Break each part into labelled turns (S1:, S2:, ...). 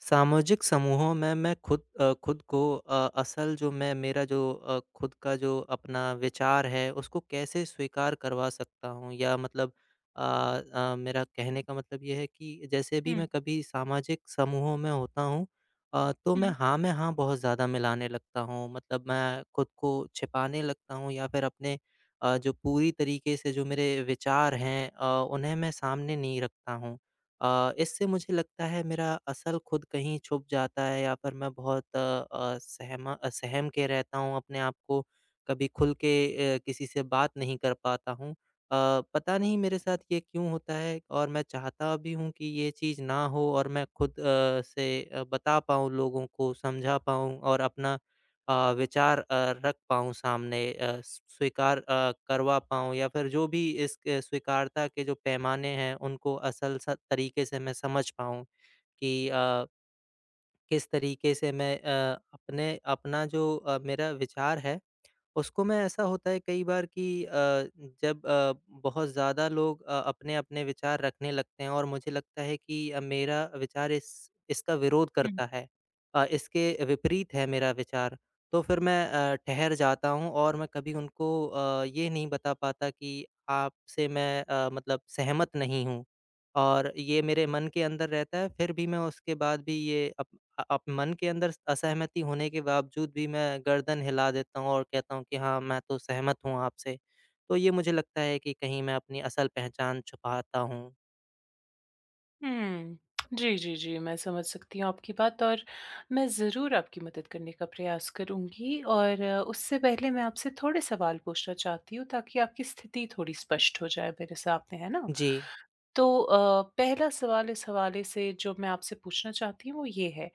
S1: सामाजिक समूहों में मैं खुद को असल जो मैं मेरा जो अ, खुद का जो अपना विचार है उसको कैसे स्वीकार करवा सकता हूँ, या मतलब अ, मेरा कहने का मतलब ये है कि जैसे भी
S2: हुँ,
S1: मैं कभी सामाजिक समूहों में होता हूँ, तो मैं
S2: हुँ,
S1: हाँ में हाँ बहुत ज़्यादा मिलाने लगता हूँ। मतलब मैं खुद को छिपाने लगता हूँ, या फिर अपने जो पूरी तरीके से जो मेरे विचार हैं उन्हें मैं सामने नहीं रखता हूँ। इससे मुझे लगता है मेरा असल खुद कहीं छुप जाता है, या फिर मैं बहुत सहम के रहता हूँ अपने आप को। कभी खुल के किसी से बात नहीं कर पाता हूँ। पता नहीं मेरे साथ ये क्यों होता है, और मैं चाहता भी हूँ कि ये चीज़ ना हो, और मैं खुद से बता पाऊँ लोगों को, समझा पाऊँ, और अपना विचार रख पाऊँ सामने, अ, स स्वीकार करवा पाऊँ, या फिर जो भी इसके स्वीकार्यता के जो पैमाने हैं, उनको असल स तरीके से मैं समझ पाऊँ कि किस तरीके से मैं अपने अपना जो अ, मेरा विचार है, उसको मैं। ऐसा होता है कई बार कि जब बहुत ज़्यादा लोग अपने-अपने विचार रखने लगते हैं, और मुझे लगता है कि मेरा विचार इस इसका विरोध
S2: हुँ,
S1: करता है, इसके विपरीत है मेरा विचार, तो फिर मैं ठहर जाता हूँ। और मैं कभी उनको ये नहीं बता पाता कि आपसे मैं मतलब सहमत नहीं हूँ, और ये मेरे मन के अंदर रहता है। फिर भी मैं उसके बाद भी ये अप अ अप मन के अंदर असहमति होने के बावजूद भी मैं गर्दन हिला देता हूँ और कहता हूँ कि हाँ, मैं तो सहमत हूँ आपसे। तो ये मुझे लगता है कि कहीं मैं अपनी असल पहचान छुपाता हूँ।
S2: हुँ। जी, जी, जी, मैं समझ सकती हूँ आपकी बात और मैं ज़रूर आपकी मदद करने का प्रयास करूँगी और उससे पहले मैं आपसे थोड़े सवाल पूछना चाहती हूँ ताकि आपकी स्थिति थोड़ी स्पष्ट हो जाए मेरे सामने, है ना?
S1: जी।
S2: तो पहला सवाल इस हवाले से जो मैं आपसे पूछना चाहती हूँ वो ये है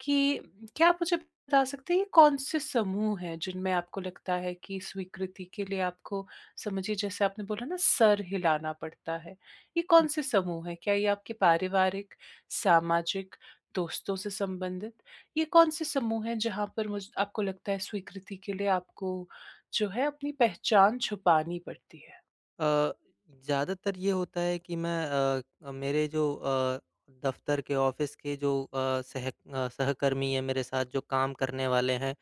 S2: कि क्या आप मुझे बता सकते हैं ये कौन-से समूह हैं जिनमें आपको लगता है कि स्वीकृति के लिए आपको समझिए जैसे आपने बोला ना सर हिलाना पड़ता है, ये कौन-से समूह हैं? क्या ये आपके पारिवारिक, सामाजिक, दोस्तों से संबंधित, ये कौन-से समूह हैं जहाँ पर मुझ आपको लगता है स्वीकृति के लिए आपको जो है अपनी पहचान छुपानी पड़ती है?
S1: अ, ज़्यादातर ये होता है कि मैं मेरे जो दफ़्तर के ऑफ़िस के जो सहकर्मी हैं, मेरे साथ जो काम करने वाले हैं,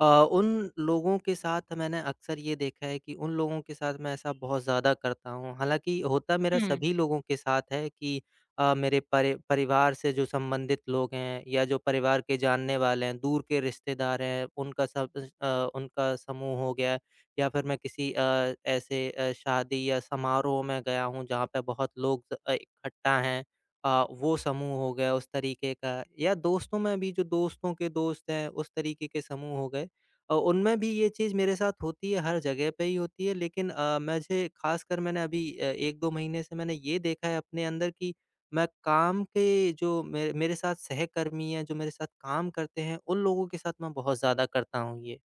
S1: अ, उन लोगों के साथ मैंने अक्सर ये देखा है कि उन लोगों के साथ मैं ऐसा बहुत ज़्यादा करता हूँ। हालाँकि होता मेरा
S2: हुँ,
S1: सभी लोगों के साथ है कि मेरे परिवार से जो संबंधित लोग हैं, या जो परिवार के जानने वाले हैं, दूर के रिश्तेदार हैं, उनका सब उनका समूह हो गया। या फिर मैं किसी ऐसे शादी या समारोह में गया हूँ जहाँ पे बहुत लोग इकट्ठा हैं, वो समूह हो गया उस तरीके का। या दोस्तों में भी जो दोस्तों के दोस्त हैं, उस तरीके के समूह हो गए, उनमें भी ये चीज़ मेरे साथ होती है, हर जगह पे ही होती है। लेकिन मुझे खासकर मैंने अभी 1-2 महीने से मैंने ये देखा है अपने अंदर कि मैं काम के जो मेरे मेरे साथ सहकर्मी हैं, जो मेरे साथ काम करते हैं, उन लोगों के साथ मैं बहुत ज़्यादा करता हूँ ये।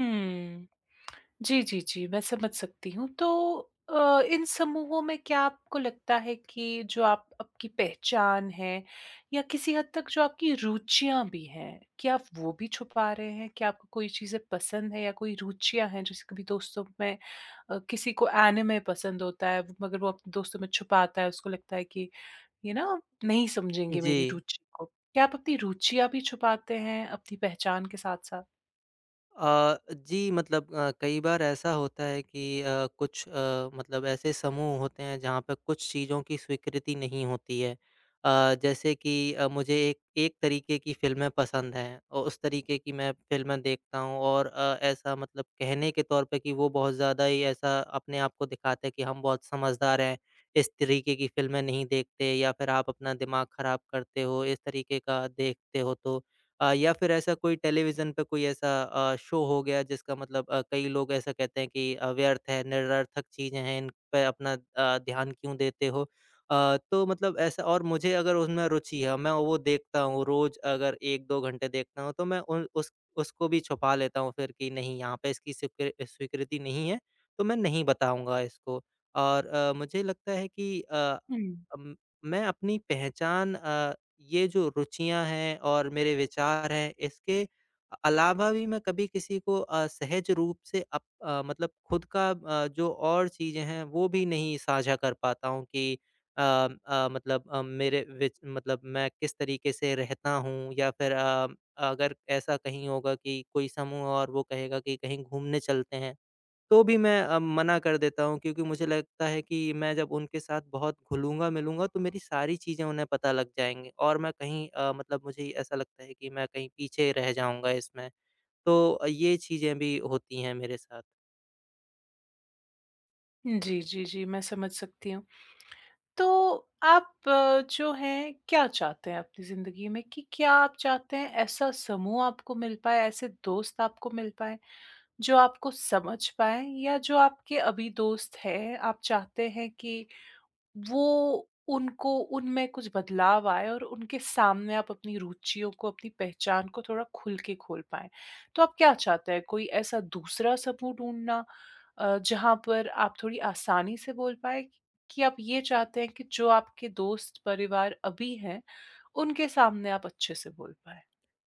S2: हुँ। जी, जी, जी, मैं समझ सकती हूँ। तो इन समूहों में क्या आपको लगता है कि जो आप आपकी पहचान है या किसी हद तक जो आपकी रुचियाँ भी हैं, क्या आप वो भी छुपा रहे हैं? क्या आपको कोई चीज़ें पसंद है या कोई रुचियाँ हैं? जैसे कभी दोस्तों में किसी को एनिमे पसंद होता है, मगर वो अपने दोस्तों में छुपाता है, उसको लगता है कि ये नहीं समझेंगे
S1: जी।
S2: मेरी रुचि को। क्या आप अपनी रुचियाँ भी छुपाते हैं अपनी पहचान के साथ-साथ?
S1: जी मतलब कई बार ऐसा होता है कि कुछ मतलब ऐसे समूह होते हैं जहाँ पे कुछ चीज़ों की स्वीकृति नहीं होती है। जैसे कि मुझे एक एक तरीके की फ़िल्में पसंद हैं, और उस तरीके की मैं फ़िल्में देखता हूँ। और ऐसा मतलब कहने के तौर पे कि वो बहुत ज़्यादा ही ऐसा अपने आप को दिखाते हैं कि हम बहुत समझदार हैं, इस तरीके की फ़िल्में नहीं देखते, या फिर आप अपना दिमाग ख़राब करते हो, इस तरीके का देखते हो। तो या फिर ऐसा कोई टेलीविज़न पे कोई ऐसा शो हो गया जिसका मतलब कई लोग ऐसा कहते हैं कि व्यर्थ है, निरर्थक चीज़ें हैं, इन पे अपना ध्यान क्यों देते हो? तो मतलब ऐसा, और मुझे अगर उसमें रुचि है, मैं वो देखता हूँ रोज़, अगर 1-2 घंटे देखता हूँ, तो मैं उन उस उसको भी छुपा लेता हूँ फिर कि नहीं, यहाँ पे इसकी स्वीकृति नहीं है, तो मैं नहीं बताऊँगा इसको। और मुझे लगता है कि
S2: हुँ।
S1: अम, मैं अपनी पहचान ये जो रुचियाँ हैं और मेरे विचार हैं, इसके अलावा भी मैं कभी किसी को सहज रूप से मतलब खुद का जो और चीज़ें हैं, वो भी नहीं साझा कर पाता हूँ कि मतलब मेरे विच मतलब मैं किस तरीके से रहता हूँ, या फिर अगर ऐसा कहीं होगा कि कोई समूह और वो कहेगा कि कहीं घूमने चलते हैं, तो भी मैं मना कर देता हूँ, क्योंकि मुझे लगता है कि मैं जब उनके साथ बहुत घुलूँगा, मिलूँगा तो मेरी सारी चीज़ें उन्हें पता लग जाएँगी, और मैं कहीं मतलब मुझे ऐसा लगता है कि मैं कहीं पीछे रह जाऊँगा इसमें। तो ये चीज़ें भी होती हैं मेरे साथ।
S2: जी, जी, जी, मैं समझ सकती हूँ। तो आप जो हैं क्या चाहते हैं अपनी ज़िंदगी में कि क्या आप चाहते हैं ऐसा समूह आपको मिल पाए, ऐसे दोस्त आपको मिल पाएँ, जो आपको समझ पाएँ या जो आपके अभी दोस्त हैं, आप चाहते हैं कि वो उनको उनमें कुछ बदलाव आए और उनके सामने आप अपनी रुचियों को, अपनी पहचान को थोड़ा खुल के खोल पाएँ। तो आप क्या चाहते हैं? कोई ऐसा दूसरा समूह ढूँढना, जहाँ पर आप थोड़ी आसानी से बोल पाएँ कि आप ये चाहते हैं कि जो आपके दोस्त, परिवार अभी हैं, उनके सामने आप अच्छे से बोल पाएँ?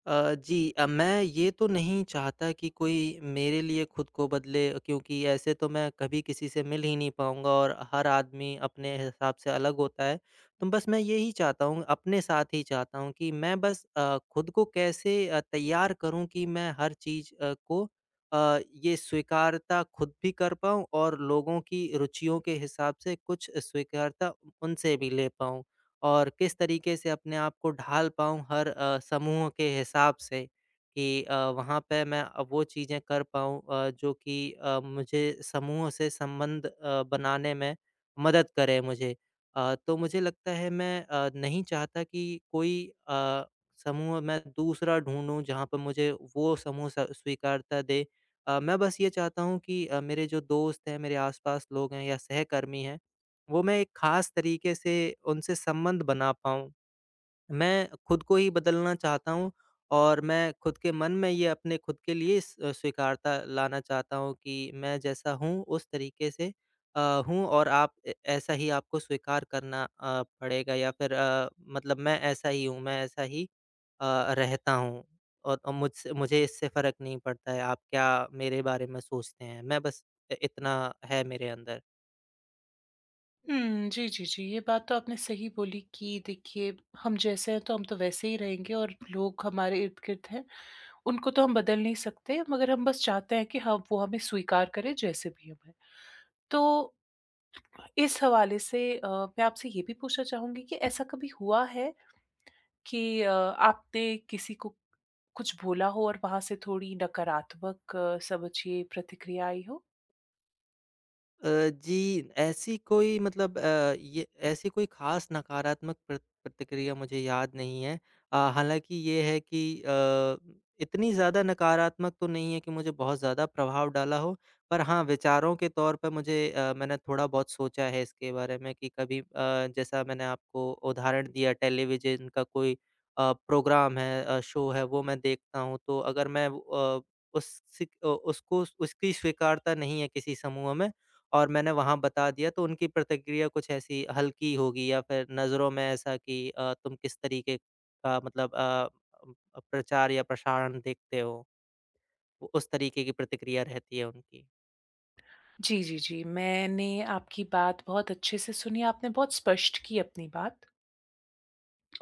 S1: जी, मैं ये तो नहीं चाहता कि कोई मेरे लिए खुद को बदले, क्योंकि ऐसे तो मैं कभी किसी से मिल ही नहीं पाऊँगा, और हर आदमी अपने हिसाब से अलग होता है। तो बस मैं यही चाहता हूँ, अपने साथ ही चाहता हूँ कि मैं बस खुद को कैसे तैयार करूँ कि मैं हर चीज़ को ये स्वीकारता खुद भी कर पाऊँ, और लोगों की रुचियों के हिसाब से कुछ स्वीकारता उनसे भी ले पाऊँ। और किस तरीके से अपने आप को ढाल पाऊँ हर समूह के हिसाब से कि वहाँ पे मैं वो चीज़ें कर पाऊँ जो कि मुझे समूह से संबंध बनाने में मदद करे मुझे। तो मुझे लगता है मैं नहीं चाहता कि कोई अ, समूह मैं दूसरा ढूँढूँ जहाँ पे मुझे वो समूह स स्वीकारता दे। मैं बस ये चाहता हूँ कि मेरे जो दोस्त हैं, मेरे आस-पास लोग हैं, या सहकर्मी हैं, वो मैं एक ख़ास तरीके से उनसे संबंध बना पाऊँ। मैं खुद को ही बदलना चाहता हूँ, और मैं खुद के मन में ये अपने खुद के लिए स्वीकारता लाना चाहता हूँ कि मैं जैसा हूँ उस तरीके से हूँ, और आप ए ऐसा ही आपको स्वीकार करना पड़ेगा, या फिर मतलब मैं ऐसा ही हूँ, मैं ऐसा ही अ, रहता हूँ। और मुझसे मुझे इससे फ़र्क नहीं पड़ता है आप क्या मेरे बारे में सोचते हैं। मैं बस इ इतना है मेरे अंदर।
S2: हुँ, जी, जी, जी। ये बात तो आपने सही बोली कि देखिए, हम जैसे हैं तो हम तो वैसे ही रहेंगे और लोग हमारे इर्द-गिर्द हैं। उनको तो हम बदल नहीं सकते, मगर हम बस चाहते हैं कि ह वो हमें स्वीकार करें जैसे भी हम हैं। तो इस हवाले से मैं आपसे ये भी पूछना चाहूँगी कि ऐसा कभी हुआ है कि आपने किसी को कुछ बोला हो और वहाँ से थोड़ी नकारात्मक, समझिए, प्रतिक्रिया आई हो?
S1: जी, ऐसी कोई मतलब ये ऐसी कोई ख़ास नकारात्मक प्रतिक्रिया मुझे याद नहीं है। हालाँकि ये है कि इतनी ज़्यादा नकारात्मक तो नहीं है कि मुझे बहुत ज़्यादा प्रभाव डाला हो, पर हाँ, विचारों के तौर पे मुझे मैंने थोड़ा बहुत सोचा है इसके बारे में कि कभी जैसा मैंने आपको उदाहरण दिया टेलीविज़न का कोई प्रोग्राम है शो है, वो मैं देखता हूँ। तो अगर मैं वो, उस उसको उसकी स्वीकारता नहीं है किसी समूह में, और मैंने वहाँ बता दिया तो उनकी प्रतिक्रिया कुछ ऐसी हल्की होगी, या फिर नज़रों में ऐसा कि तुम किस तरीके का मतलब प्रचार या प्रसारण देखते हो। उ उस तरीके की प्रतिक्रिया रहती है उनकी।
S2: जी, जी, जी। मैंने आपकी बात बहुत अच्छे से सुनी, आपने बहुत स्पष्ट की अपनी बात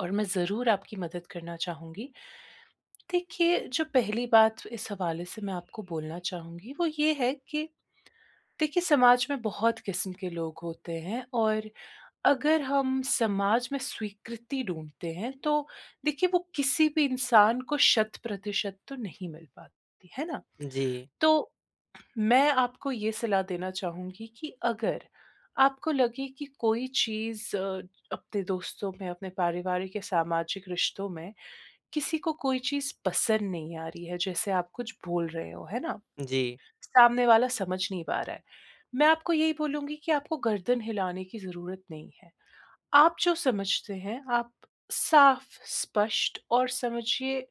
S2: और मैं ज़रूर आपकी मदद करना चाहूँगी। देखिए, जो पहली बात इस हवाले से मैं आपको बोलना चाहूँगी, वो ये है कि देखिए समाज में बहुत किस्म के लोग होते हैं और अगर हम समाज में स्वीकृति ढूंढते हैं तो देखिए वो किसी भी इंसान को शत प्रतिशत तो नहीं मिल पाती है ना।
S1: जी,
S2: तो मैं आपको ये सलाह देना चाहूंगी कि अगर आपको लगे कि कोई चीज अपने दोस्तों में अपने पारिवारिक या सामाजिक रिश्तों में किसी को कोई चीज पसंद नहीं आ रही है जैसे आप कुछ बोल रहे हो है ना,
S1: जी,
S2: सामने वाला समझ नहीं पा रहा है। मैं आपको यही बोलूँगी कि आपको गर्दन हिलाने की ज़रूरत नहीं है। आप जो समझते हैं, आप साफ़, स्पष्ट और समझिए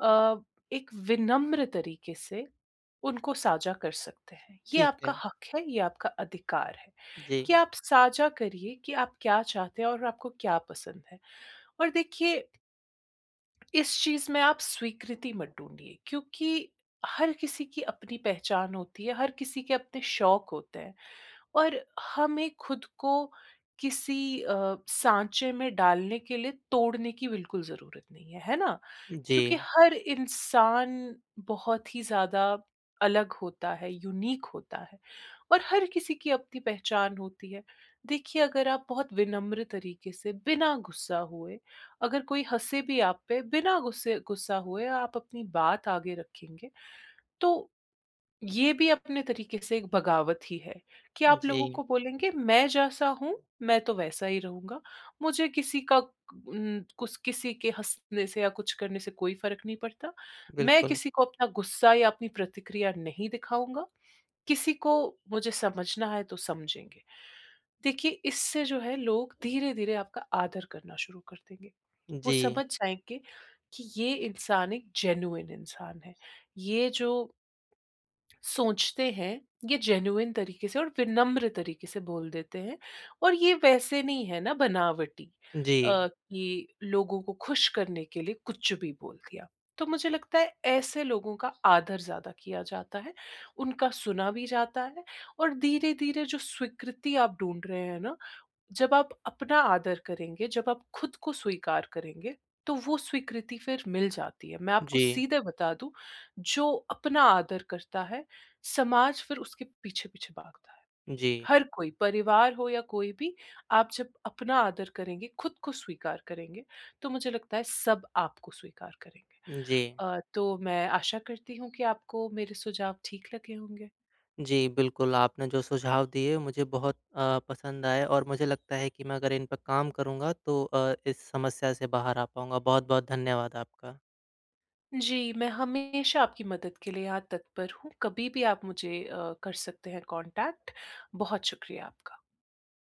S2: अ, एक विनम्र तरीके से उनको साझा कर सकते हैं। ये
S1: ठीक
S2: आपका
S1: है।
S2: हक है, ये आपका अधिकार है
S1: जी,
S2: कि आप साझा करिए कि आप क्या चाहते हैं और आपको क्या पसंद है। और देखिए, इस चीज में आप स्वीकृति मत ढूंढिए क्योंकि हर किसी की अपनी पहचान होती है, हर किसी के अपने शौक होते हैं। और हमें खुद को किसी सांचे में डालने के लिए तोड़ने की बिल्कुल जरूरत नहीं है, है ना? क्योंकि
S1: जी,
S2: हर इंसान बहुत ही ज्यादा अलग होता है, यूनिक होता है और हर किसी की अपनी पहचान होती है। देखिए अगर आप बहुत विनम्र तरीके से बिना गुस्सा हुए, अगर कोई हँसे भी आप पे, बिना गुस्से गुस्सा हुए आप अपनी बात आगे रखेंगे, तो ये भी अपने तरीके से एक बगावत ही है कि आप लोगों
S1: जी,
S2: को बोलेंगे, "मैं जैसा हूँ, मैं तो वैसा ही रहूँगा। मुझे किसी का कुस किसी के हँसने से या कुछ करने से कोई फ़र्क नहीं पड़ता। मैं
S1: बिल्कुल।
S2: किसी को अपना गुस्सा या अपनी प्रतिक्रिया नहीं दिखाऊँगा।" किसी को मुझे समझना है तो समझेंगे। देखिए, इससे जो है लोग धीरे-धीरे आपका आदर करना शुरू कर देंगे। वो
S1: जी,
S2: समझ जाएँगे कि ये इंसान एक जेन्युइन इंसान है। ये जो सोचते हैं, ये जेन्युइन तरीके से और विनम्र तरीके से बोल देते हैं और ये वैसे नहीं है ना बनावटी,
S1: जी,
S2: कि लोगों को खुश करने के लिए कुछ भी बोल दिया। तो मुझे लगता है ऐसे लोगों का आदर ज़्यादा किया जाता है, उनका सुना भी जाता है और धीरे-धीरे जो स्वीकृति आप ढूँढ रहे हैं ना, जब आप अपना आदर करेंगे, जब आप खुद को स्वीकार करेंगे, तो वो स्वीकृति फिर मिल जाती है। मैं आपको
S1: जी,
S2: सीधे बता दूँ, जो अपना आदर करता है, समाज फिर उसके पीछे-पीछे भागता है।
S1: जी,
S2: हर कोई, परिवार हो या कोई भी, आप जब अपना आदर करेंगे, खुद को स्वीकार करेंगे, तो मुझे लगता है सब आपको स्वीकार करेंगे।
S1: जी।
S2: तो मैं आशा करती हूँ कि आपको मेरे सुझाव ठीक लगे होंगे।
S1: जी, बिल्कुल, आपने जो सुझाव दिए मुझे बहुत पसंद आए, और मुझे लगता है कि मैं अगर इन पर काम करूँगा तो इस समस्या से बाहर आ पाऊँगा। बहुत-बहुत धन्यवाद आपका।
S2: जी, मैं हमेशा आपकी मदद के लिए यहाँ तत्पर हूँ, कभी भी आप मुझे कर सकते हैं कॉन्टैक्ट। बहुत शुक्रिया आपका।